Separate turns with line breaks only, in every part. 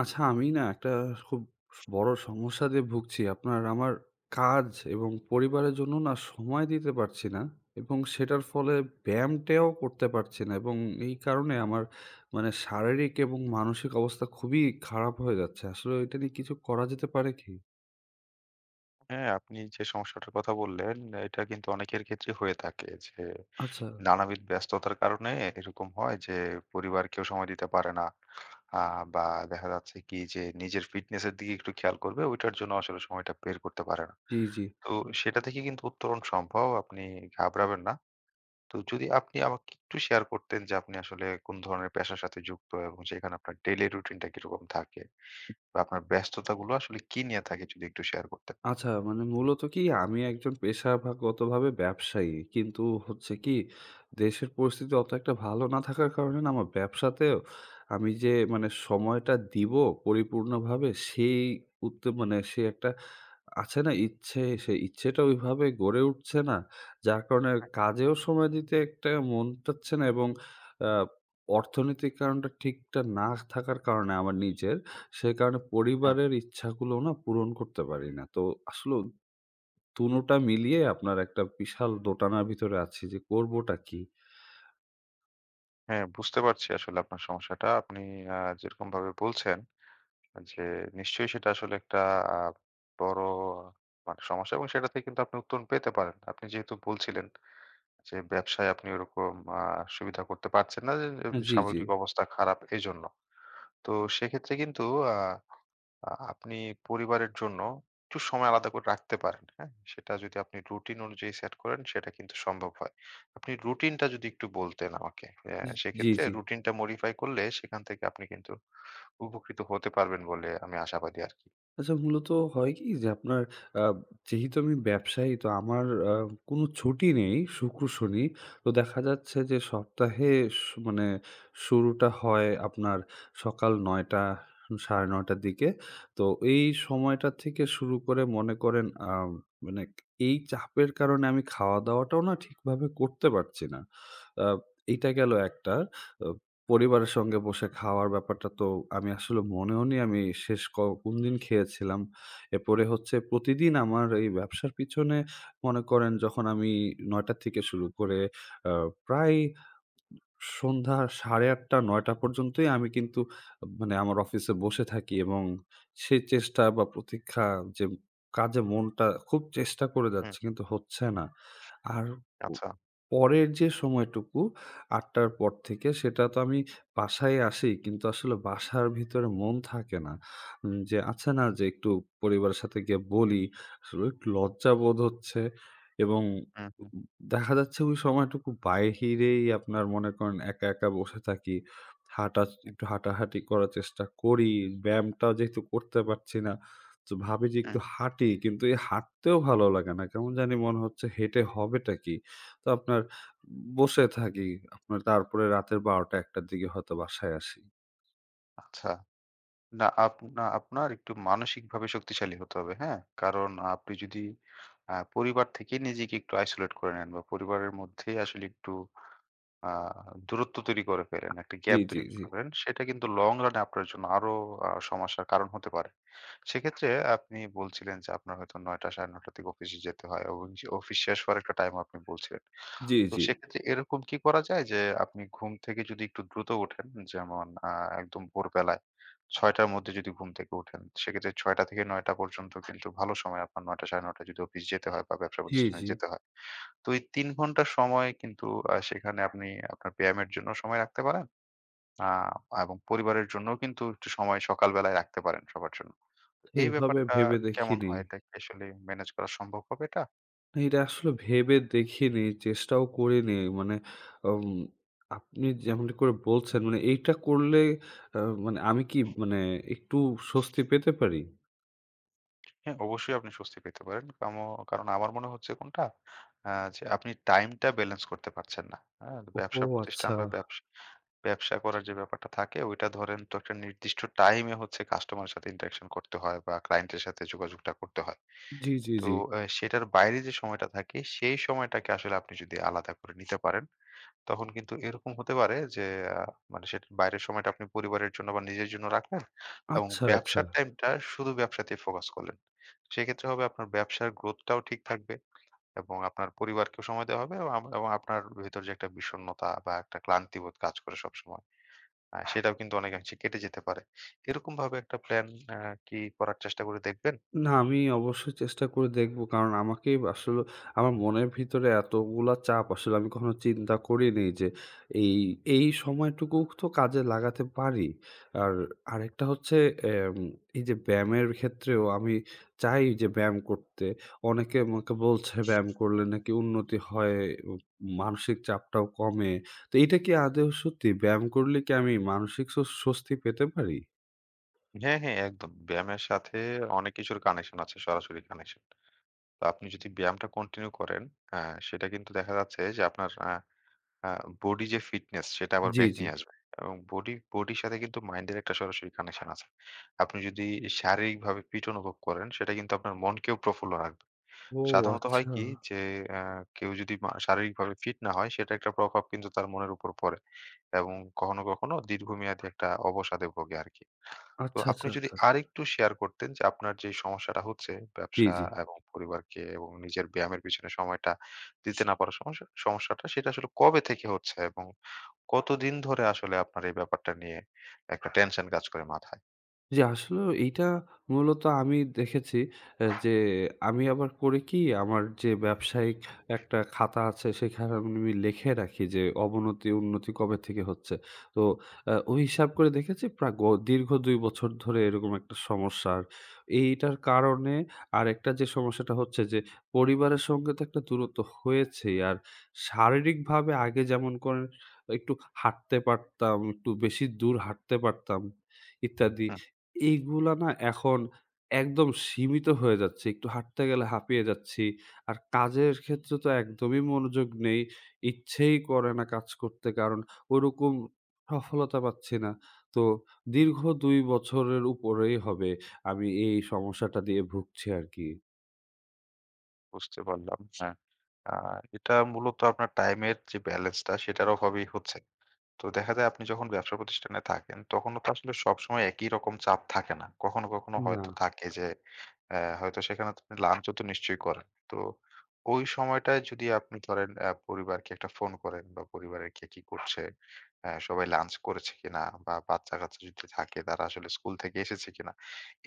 আচ্ছা, আমি না একটা খুব বড় সমস্যা দিয়ে ভুগছি। আমার কাজ এবং পরিবারের জন্য না সময় দিতে পারছি না, এবং সেটার ফলে ব্যায়ামটাও করতে পারছি না, এবং এই কারণে আমার মানে শারীরিক এবং মানসিক অবস্থা খুবই খারাপ হয়ে যাচ্ছে। আসলে এটা নিয়ে কিছু করা যেতে পারে কি?
হ্যাঁ, আপনি যে সমস্যাটার কথা বললেন, এটা কিন্তু অনেকের ক্ষেত্রে হয়ে থাকে যে
আচ্ছা।
নানাবিধ ব্যস্ততার কারণে এরকম হয় যে পরিবারকেও সময় দিতে পারে না। আ বা দেখা যাচ্ছে কি যে নিজের ফিটনেস এর দিকে একটু খেয়াল করবে, ওইটার জন্য আসলে সময়টা বের করতে পারে না।
জি, জি।
তো সেটা থেকে কিন্তু উত্তরণ সম্ভব। আপনি ঘাবড়াবেন না। তো যদি আপনি আমাকে একটু শেয়ার করতেন যে আপনি আসলে কোন ধরনের পেশার সাথে যুক্ত এবং সেখানে আপনার ডেইলি রুটিনটা কিরকম থাকে? বা আপনার ব্যস্ততাগুলো আসলে কি নিয়ে থাকে যদি একটু শেয়ার করতেন?
আচ্ছা, মানে মূলত কি আমি একজন পেশাগতভাবে ব্যবসায়ী। কিন্তু হচ্ছে কি, দেশের পরিস্থিতি অত একটা ভালো না থাকার কারণে না আমার ব্যবসাতেও আমি যে মানে সময়টা দিব পরিপূর্ণভাবে, সেই উদ্যম মানে সে একটা আছে না ইচ্ছে, সেই ইচ্ছেটা ওইভাবে গড়ে উঠছে না। যার কারণে কাজেও সময় দিতে একটা মন চাচ্ছে না, এবং আ অর্থনৈতিক কারণটা ঠিকঠাক না থাকার কারণে আমার নিজের, সে কারণে পরিবারের ইচ্ছাগুলোও না পূরণ করতে পারি না। তো আসলে দুটোটা মিলিয়ে আপনার একটা বিশাল দোটানার ভিতরে আছি যে করবোটা কি?
হ্যাঁ, বুঝতে পারছি আসলে আপনার সমস্যাটা। আপনি যেরকমভাবে বলছেন যে নিশ্চয়ই সেটা আসলে একটা আ বড় মানে সমস্যা এবং সেটা থেকে কিন্তু আপনি উত্তরণ পেতে পারেন। আপনি যেহেতু বলছিলেন যে ব্যবসায় আপনি ওরকম আ সুবিধা করতে পারছেন না যে, যে
জি, জি।
সামগ্রিক অবস্থা খারাপ এজন্য। তো সেক্ষেত্রে কিন্তু আ আ আপনি পরিবারের জন্য একটু সময় আলাদা করে রাখতে পারেন, হ্যাঁ? সেটা যদি আপনি রুটিন অনুযায়ী সেট করেন সেটা কিন্তু সম্ভব হয়। আপনি রুটিনটা যদি একটু বলতেন আমাকে,
জি,
সেক্ষেত্রে
জি।
রুটিনটা modify করলে সেখান থেকে আপনি কিন্তু উপকৃত হতে পারবেন বলে আমি আশাবাদী আরকি।
আচ্ছা মূলত হয় কি যে আপনার, আ যেহেতু আমি ব্যবসায়ী তো আমার আ কোনো ছুটি নেই শুক্র, শনি। তো দেখা যাচ্ছে যে সপ্তাহে স মানে শুরুটা হয় আপনার সকাল ৯ টা ৯:৩০ টার দিকে। তো এই সময়টা থেকে শুরু করে মনে করেন, মানে এই চাপের কারণে আমি খাওয়া-দাওয়াটাও না ঠিকভাবে করতে পারছি না। আ এইটা গেল একটা। আ পরিবারের সঙ্গে বসে খাওয়ার ব্যাপারটা তো আমি আসলে মনেও নেই আমি শেষ কোনদিন খেয়েছিলাম। এরপরে হচ্ছে প্রতিদিন আমার এই ব্যবসার পিছনে, মনে করেন যখন আমি ৯:০০ থেকে শুরু করে আ প্রায় সন্ধ্যা ৮:৩০ ৯:০০ পর্যন্তই আমি কিন্তু মানে আমার অফিসে বসে থাকি, এবং সেই চেষ্টা বা প্রতীক্ষা যে কাজে মনটা, খুব চেষ্টা করে
হুম,
যাচ্ছি কিন্তু হচ্ছে না। আর প
আচ্ছা।
পরের যে সময়টুকু ৮:০০ র পর থেকে, সেটা তো আমি বাসায় আসি কিন্তু আসলে বাসার ভিতরে মন থাকে না। যে আছে না যে একটু পরিবারের সাথে গিয়ে বলি, আসলে একটু লজ্জাবোধ হচ্ছে, এবং
হুম, হুম,
দেখা যাচ্ছে ওই সময়টুকু বাইরেই আপনার মনে করেন একা, একা বসে থাকি। হাঁটা,
হুম,
একটু হাঁটাহাঁটি করার চেষ্টা করি। ব্যায়ামটা যেহেতু করতে পারছি না, তো ভাবি যে একটু
হুম।
হাঁটি। কিন্তু এই হাঁটতেও ভালো লাগে না। কেমন জানি মনে হচ্ছে হেঁটে হবেটা কি? তো আপনার বসে থাকি। আপনার তারপরে রাতের ১২:০০-১:০০ র দিকে হয়তো বাসায় আসি।
আচ্ছা। না আপনার একটু মানসিকভাবে শক্তিশালী হতে হবে, হ্যাঁ? কারণ আপনি যদি পরিবার থেকে নিজেকে একটু isolate করে নেন বা পরিবারের মধ্যেই আসলে একটু আ দূরত্ব তৈরি করে ফেলেন, একটা
জি,
গ্যাপ
জি,
তৈরি করে
জি।
ফেলেন। সেটা কিন্তু লং রান এ আপনার জন্য আরো সমস্যার কারণ হতে পারে। সেক্ষেত্রে আপনি বলছিলেন যে আপনার হয়তো ৯:০০ ৯:৩০ থেকে অফিসে যেতে হয়। অফিস অফিস শেষ হওয়ার একটা টাইম আপনি বলছিলেন।
জি,
তো
জি।
সেক্ষেত্রে এরকম কি করা যায় যে আপনি ঘুম থেকে যদি একটু দ্রুত ওঠেন, যেমন একদম ভোরবেলায় ৬:০০ র মধ্যে যদি ঘুম থেকে ওঠেন, সেক্ষেত্রে ৬:০০ থেকে ৯:০০ পর্যন্ত কিন্তু ভালো সময় আপনার ৯:০০ ৯:৩০ যদি অফিস যেতে হয় বা ব্যবসা
জি,
প্রতিষ্ঠানে
জি।
যেতে হয়। তো এই ৩ ঘন্টা সময় কিন্তু সেখানে আপনি আপনার ব্যায়ামের জন্য সময় রাখতে পারেন। আ এবং পরিবারের জন্যও কিন্তু একটু সময় সকাল বেলায় রাখতে পারেন সবার জন্য। এই
এভাবে
ব্যাপারটা
ভেবে
কেমন
দেখিনি।
হয়? এটা কি আসলে ম্যানেজ করা সম্ভব হবে এটা?
না, এটা আসলে ভেবে দেখিনি, চেষ্টাও করিনি। মানে, উম আপনি যেমনটি করে বলছেন মানে এইটা করলে আ মানে আমি কি মানে একটু স্বস্তি পেতে পারি?
হ্যাঁ, অবশ্যই আপনি স্বস্তি পেতে পারেন। কারণ আমার মনে হচ্ছে কোনটা? আ যে আপনি টাইমটা ব্যালেন্স করতে পারছেন না। হ্যাঁ?
ওহো!
ব্যবসা প্রতিষ্ঠান
আচ্ছা।
বা ব্যবসা করার যে ব্যাপারটা থাকে ওইটা ধরেন তো একটা নির্দিষ্ট টাইমে হচ্ছে কাস্টমারের সাথে ইন্টারেকশন করতে হয় বা ক্লায়েন্টের সাথে যোগাযোগটা করতে হয়।
জি, জি,
তো
জি।
সেটার বাইরে যে সময়টা থাকে, সেই সময়টাকে আসলে আপনি যদি আলাদা করে নিতে পারেন, তখন কিন্তু এরকম হতে পারে যে আ মানে সেটার বাইরের সময়টা আপনি পরিবারের জন্য বা নিজের জন্য রাখলেন এবং
আচ্ছা, আচ্ছা।
ব্যবসার টাইমটা শুধু ব্যবসাতেই ফোকাস করলেন। সেক্ষেত্রে হবে আপনার ব্যবসার গ্রোথটাও ঠিক থাকবে এবং আপনার পরিবারকেও সময় দেওয়া হবে এবং আপনার ভেতর যে একটা বিষণ্ণতা বা একটা ক্লান্তিবোধ কাজ করে সবসময়, সেটাও কিন্তু অনেকাংশে কেটে যেতে পারে। এরকমভাবে একটা প্ল্যান আ কি করার চেষ্টা করে দেখবেন?
না, আমি অবশ্যই চেষ্টা করে দেখব। কারণ আমাকেই আসলে আমার মনের ভিতরে এতগুলা চাপ, আসলে আমি কখনো চিন্তা করিনি যে এই, এই সময়টুকু তো কাজে লাগাতে পারি। আর আরেকটা হচ্ছে এম এই যে ব্যায়ামের ক্ষেত্রেও আমি চাই যে ব্যায়াম করতে। অনেকে আমাকে বলছে ব্যায়াম করলে নাকি উন্নতি হয়, উ মানসিক চাপটাও কমে। তো এটা কি আদৌ সত্যি? ব্যায়াম করলে কি আমি মানসিক স্বস্তি পেতে পারি?
হ্যাঁ, হ্যাঁ, একদম। ব্যায়ামের সাথে অনেক কিছুর কানেকশন আছে, সরাসরি কানেকশন। তো আপনি যদি ব্যায়ামটা কন্টিনিউ করেন, আ সেটা কিন্তু দেখা যাচ্ছে যে আপনার আ আ বডি যে ফিটনেস সেটা আবার
জি,
ব্যাক
জি।
নিয়ে আসবে। এবং বডির সাথে কিন্তু মাইন্ডের একটা সরাসরি কানেকশন আছে। আপনি যদি শারীরিকভাবে ফিট অনুভব করেন সেটা কিন্তু আপনার মনকেও প্রফুল্ল রাখবে।
ও
সাধারণত হয়
আচ্ছা।
কি যে আ কেউ যদি শারীরিকভাবে ফিট না হয় সেটা একটা প্রভাব কিন্তু তার মনের উপর পড়ে। এবং কখনো, কখনো দীর্ঘমেয়াদী একটা অবসাদে ভোগে আরকি। তো
আচ্ছা, আচ্ছা,
আপনি যদি
আচ্ছা।
আরেকটু শেয়ার করতেন যে আপনার যে সমস্যাটা হচ্ছে
জি,
ব্যবসা
জি।
হুম। এবং পরিবারকে এবং নিজের ব্যায়ামের পিছনে সময়টা দিতে না পারার সমস্যাটা সেটা আসলে কবে থেকে হচ্ছে এবং কতদিন ধরে আসলে আপনার এই ব্যাপারটা নিয়ে একটা টেনশন কাজ করে মাথায়?
জি, আসলেও এইটা মূলত আমি দেখেছি যে, আমি আবার করি কি, আমার যে ব্যবসায়িক একটা খাতা আছে সেখানে আমি লিখে রাখি যে অবনতি উন্নতি কবে থেকে হচ্ছে। তো ওই হিসাব করে দেখেছি প্রায় দীর্ঘ ২ বছর ধরে এরকম একটা সমস্যা। আর এইটার কারণে আরেকটা যে সমস্যাটা হচ্ছে যে পরিবারের সঙ্গে তো একটা দূরত্ব হয়েছেই। আর শারীরিকভাবে আগে যেমন করেন একটু হাঁটতে পারতাম, একটু বেশি দূর হাঁটতে পারতাম ইত্যাদি।
হুম,
এইগুলা না এখন একদম সীমিত হয়ে যাচ্ছে। একটু হাঁটতে গেলে হাঁপিয়ে যাচ্ছি। আর কাজের ক্ষেত্রে তো একদমই মনোযোগ নেই। ইচ্ছেই করে না কাজ করতে, কারণ ওরকম সফলতা পাচ্ছি না। তো দীর্ঘ ২ বছরের উপরেই হবে আমি এই সমস্যাটা দিয়ে ভুগছি আরকি।
বুঝতে পারলাম। হ্যাঁ। আ এটা মূলত আপনার টাইমের যে ব্যালেন্সটা সেটার অভাবেই হচ্ছে। তো দেখা যায় আপনি যখন ব্যবসা প্রতিষ্ঠানে থাকেন, তখনও তো আসলে সবসময় একই রকম চাপ থাকে না। কখনো, কখনো
না,
হয়তো থাকে যে হয়তো সেখানে তো আপনি লাঞ্চও তো নিশ্চয়ই করেন। তো ওই সময়টায় যদি আপনি ধরেন পরিবারকে একটা ফোন করেন বা পরিবারের কে কি করছে, সবাই লাঞ্চ করেছে কিনা বা বাচ্চা-কাচ্চা যদি থাকে তারা আসলে স্কুল থেকে এসেছে কিনা,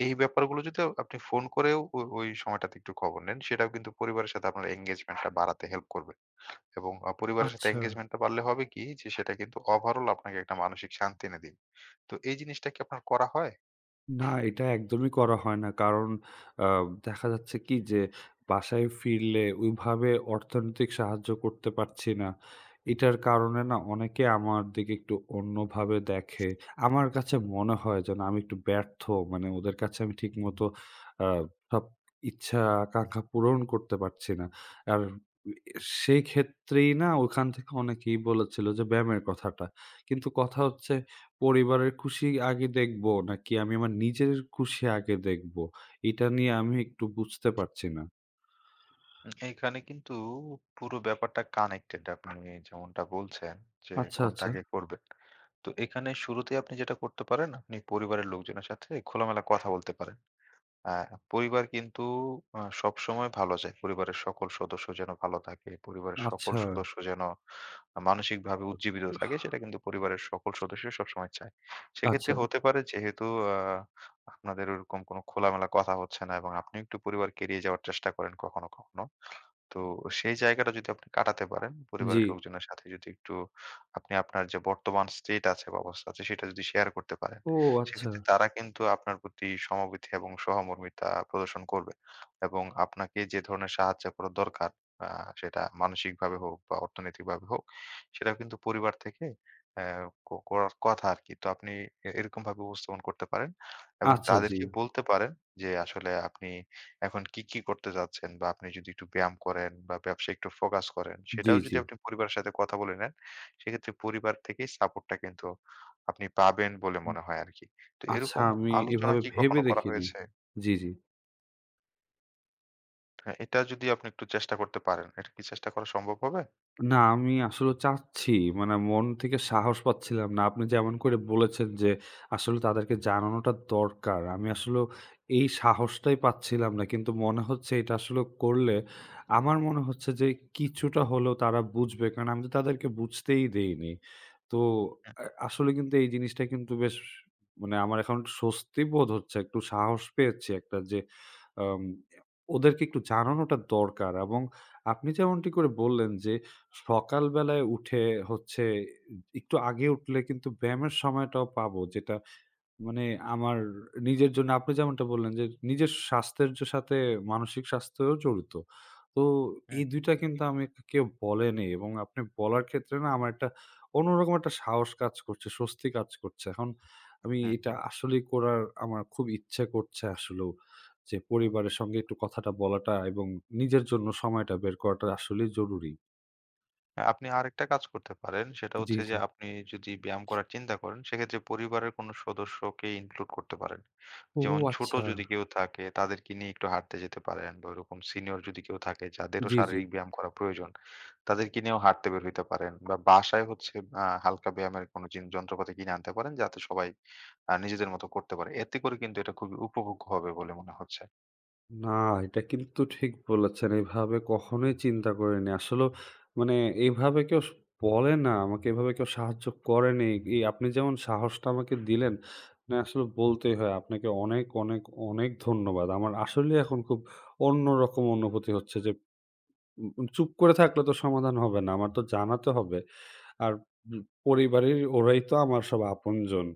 এই ব্যাপারগুলো যদি আপনি ফোন করেও ওই সময়টাতে একটু খবর নেন, সেটাও কিন্তু পরিবারের সাথে আপনার engagement টা বাড়াতে হেল্প করবে। এবং পরিবারের সাথে
আচ্ছা।
engagement টা বাড়লে হবে কি যে সেটা কিন্তু ওভারঅল আপনাকে একটা মানসিক শান্তি এনে দিবে। তো এই জিনিসটা কি আপনার করা হয়?
না, এটা একদমই করা হয় না। কারণ, আ দেখা যাচ্ছে কি যে, বাসায় ফিরলে ওইভাবে অর্থনৈতিক সাহায্য করতে পারছি না। এটার কারণে না অনেকে আমার দিকে একটু অন্যভাবে দেখে। আমার কাছে মনে হয় যেন আমি একটু ব্যর্থ। মানে ওদের কাছে আমি ঠিকমতো আ সব ইচ্ছা আকাঙ্ক্ষা পূরণ করতে পারছি না। আর এ সেই ক্ষেত্রেই না ওখান থেকে অনেকেই বলেছিল যে ব্যায়ামের কথাটা। কিন্তু কথা হচ্ছে পরিবারের খুশি আগে দেখবো নাকি আমি আমার নিজের খুশি আগে দেখবো? এটা নিয়ে আমি একটু বুঝতে পারছি না।
এইখানে কিন্তু পুরো ব্যাপারটা কানেক্টেড। আপনি যেমনটা বলছেন যে
আচ্ছা,
কোনটা
আচ্ছা,
আগে করবেন। তো এখানে শুরুতেই আপনি যেটা করতে পারেন, আপনি পরিবারের লোকজনের সাথে খোলামেলা কথা বলতে পারেন। আ পরিবার কিন্তু সবসময় ভালো চায়। পরিবারের সকল সদস্য যেন ভালো থাকে। পরিবারের সকল
আচ্ছা,
সদস্য যেন মানসিকভাবে উজ্জীবিত থাকে সেটা কিন্তু পরিবারের সকল সদস্য সবসময় চায়। সেক্ষেত্রে
আচ্ছা,
হতে পারে যেহেতু আ আপনাদের ওরকম কোনো খোলামেলা কথা হচ্ছে না এবং আপনি একটু পরিবারকে এড়িয়ে যাওয়ার চেষ্টা করেন কখনো, কখনো। তো সেই জায়গাটা যদি আপনি কাটাতে পারেন,
জি।
পরিবারের লোকজনের সাথে যদি একটু আপনি আপনার যে বর্তমান state আছে বা অবস্থা আছে সেটা যদি শেয়ার করতে পারেন,
ও আচ্ছা,
সেক্ষেত্রে তারা কিন্তু আপনার প্রতি সমবেথী এবং সহমর্মিতা প্রদর্শন করবে। এবং আপনাকে যে ধরনের সাহায্য করা দরকার আ সেটা মানসিকভাবে হোক বা অর্থনৈতিকভাবে হোক, সেটাও কিন্তু পরিবার থেকে অ্যা ক করার কথা আরকি। তো আপনি এরকমভাবে উপস্থাপন করতে পারেন এবং
আচ্ছা, জি,
তাদেরকে বলতে পারেন যে আসলে আপনি এখন কি, কি করতে চাচ্ছেন বা আপনি যদি একটু ব্যায়াম করেন বা ব্যবসায় একটু ফোকাস করেন,
জি,
সেটাও
জি।
যদি আপনি পরিবারের সাথে কথা বলে নেন, সেক্ষেত্রে পরিবার থেকেই সাপোর্টটা কিন্তু আপনি পাবেন বলে মনে হয় আরকি। তো
আচ্ছা
এরকম
আমি
আলোচনা
এভাবে
কি
ভেবে
কখনো করা
দেখিনি।
হয়েছে?
জি, জি।
হ্যাঁ, এটা যদি আপনি একটু চেষ্টা করতে পারেন, এটা কি চেষ্টা করা সম্ভব হবে?
না, আমি আসলে চাচ্ছি, মানে মন থেকে সাহস পাচ্ছিলাম না। আপনি যেমন করে বলেছেন যে আসলে তাদেরকে জানানোটা দরকার। আমি আসলেও এই সাহসটাই পাচ্ছিলাম না। কিন্তু মনে হচ্ছে এটা আসলে করলে, আমার মনে হচ্ছে যে কিছুটা হলেও তারা বুঝবে। কারণ আমি তো তাদেরকে বুঝতেই দেইনি। তো আসলে কিন্তু এই জিনিসটা কিন্তু বেশ, মানে আমার এখন একটু স্বস্তি বোধ হচ্ছে। একটু সাহস পেয়েছি একটা যে, আম ওদেরকে একটু জানানোটা দরকার, এবং আপনি যেমনটি করে বললেন যে সকালবেলায় উঠে হচ্ছে একটু আগে উঠলে কিন্তু ব্যায়ামের সময়টাও পাবো। যেটা মানে আমার নিজের জন্য, আপনি যেমনটা বললেন যে, নিজের স্বাস্থ্যের যে সাথে মানসিক স্বাস্থ্যও জড়িত। তো
হুম,
এই ২ টা কিন্তু আমি, কেউ বলেনি, এবং আপনি বলার ক্ষেত্রে না আমার একটা অন্যরকম একটা সাহস কাজ করছে, স্বস্তি কাজ করছে। এখন আমি
হুম,
এটা
হুম,
আসলেই করার আমার খুব ইচ্ছে করছে আসলেও। যে
হুম।
পরিবারের সঙ্গে একটু কথাটা বলাটা, এবং নিজের জন্য সময়টা বের করাটা আসলেই জরুরি।
হ্যাঁ, আপনি আরেকটা কাজ করতে পারেন, সেটা
জি,
হচ্ছে
জি।
যে আপনি যদি ব্যায়াম করার চিন্তা করেন, সেক্ষেত্রে পরিবারের কোনো সদস্যকে ইনক্লুড করতে পারেন।
ও
যেমন ছোট
আচ্ছা।
যদি কেউ থাকে তাদেরকে নিয়ে একটু হাঁটতে যেতে পারেন বা ওরকম সিনিয়র যদি কেউ থাকে যাদেরও
জি, জি।
শারীরিক ব্যায়াম করা প্রয়োজন তাদেরকে নিয়েও হাঁটতে বের হইতে পারেন বা বাসায় হচ্ছে হালকা ব্যায়ামের কোনো যন্ত্রপাতি কিনে আনতে পারেন যাতে সবাই নিজেদের মতো করতে পারে এতে করে কিন্তু এটা খুবই উপভোগ্য হবে বলে মনে হচ্ছে।
না, এটা কিন্তু ঠিক বলেছেন। এভাবে কখনোই চিন্তা করিনি। আসলেও মানে এভাবে কেউ বলে না। আমাকে এভাবে কেউ সাহায্য করেনি। এই আপনি যেমন সাহসটা আমাকে দিলেন, মানে আসলে বলতেই হয় আপনাকে অনেক, অনেক, অনেক ধন্যবাদ। আমার আসলেই এখন খুব অন্যরকম অনুভূতি হচ্ছে যে, চুপ করে থাকলে তো সমাধান হবে না। আমার তো জানাতে হবে। আর উম পরিবারের ওরাই তো আমার সব আপনজন।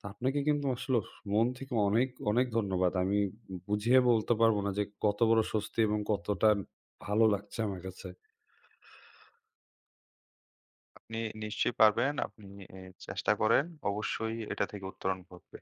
তো আপনাকে কিন্তু আসলে মন থেকে অনেক, অনেক ধন্যবাদ। আমি বুঝিয়ে বলতে পারব না যে কত বড় স্বস্তি এবং কতটা ভালো লাগছে আমার কাছে।
আপনি নিশ্চয়ই পারবেন। আপনি চেষ্টা করেন, অবশ্যই এটা থেকে উত্তরণ ঘটবে।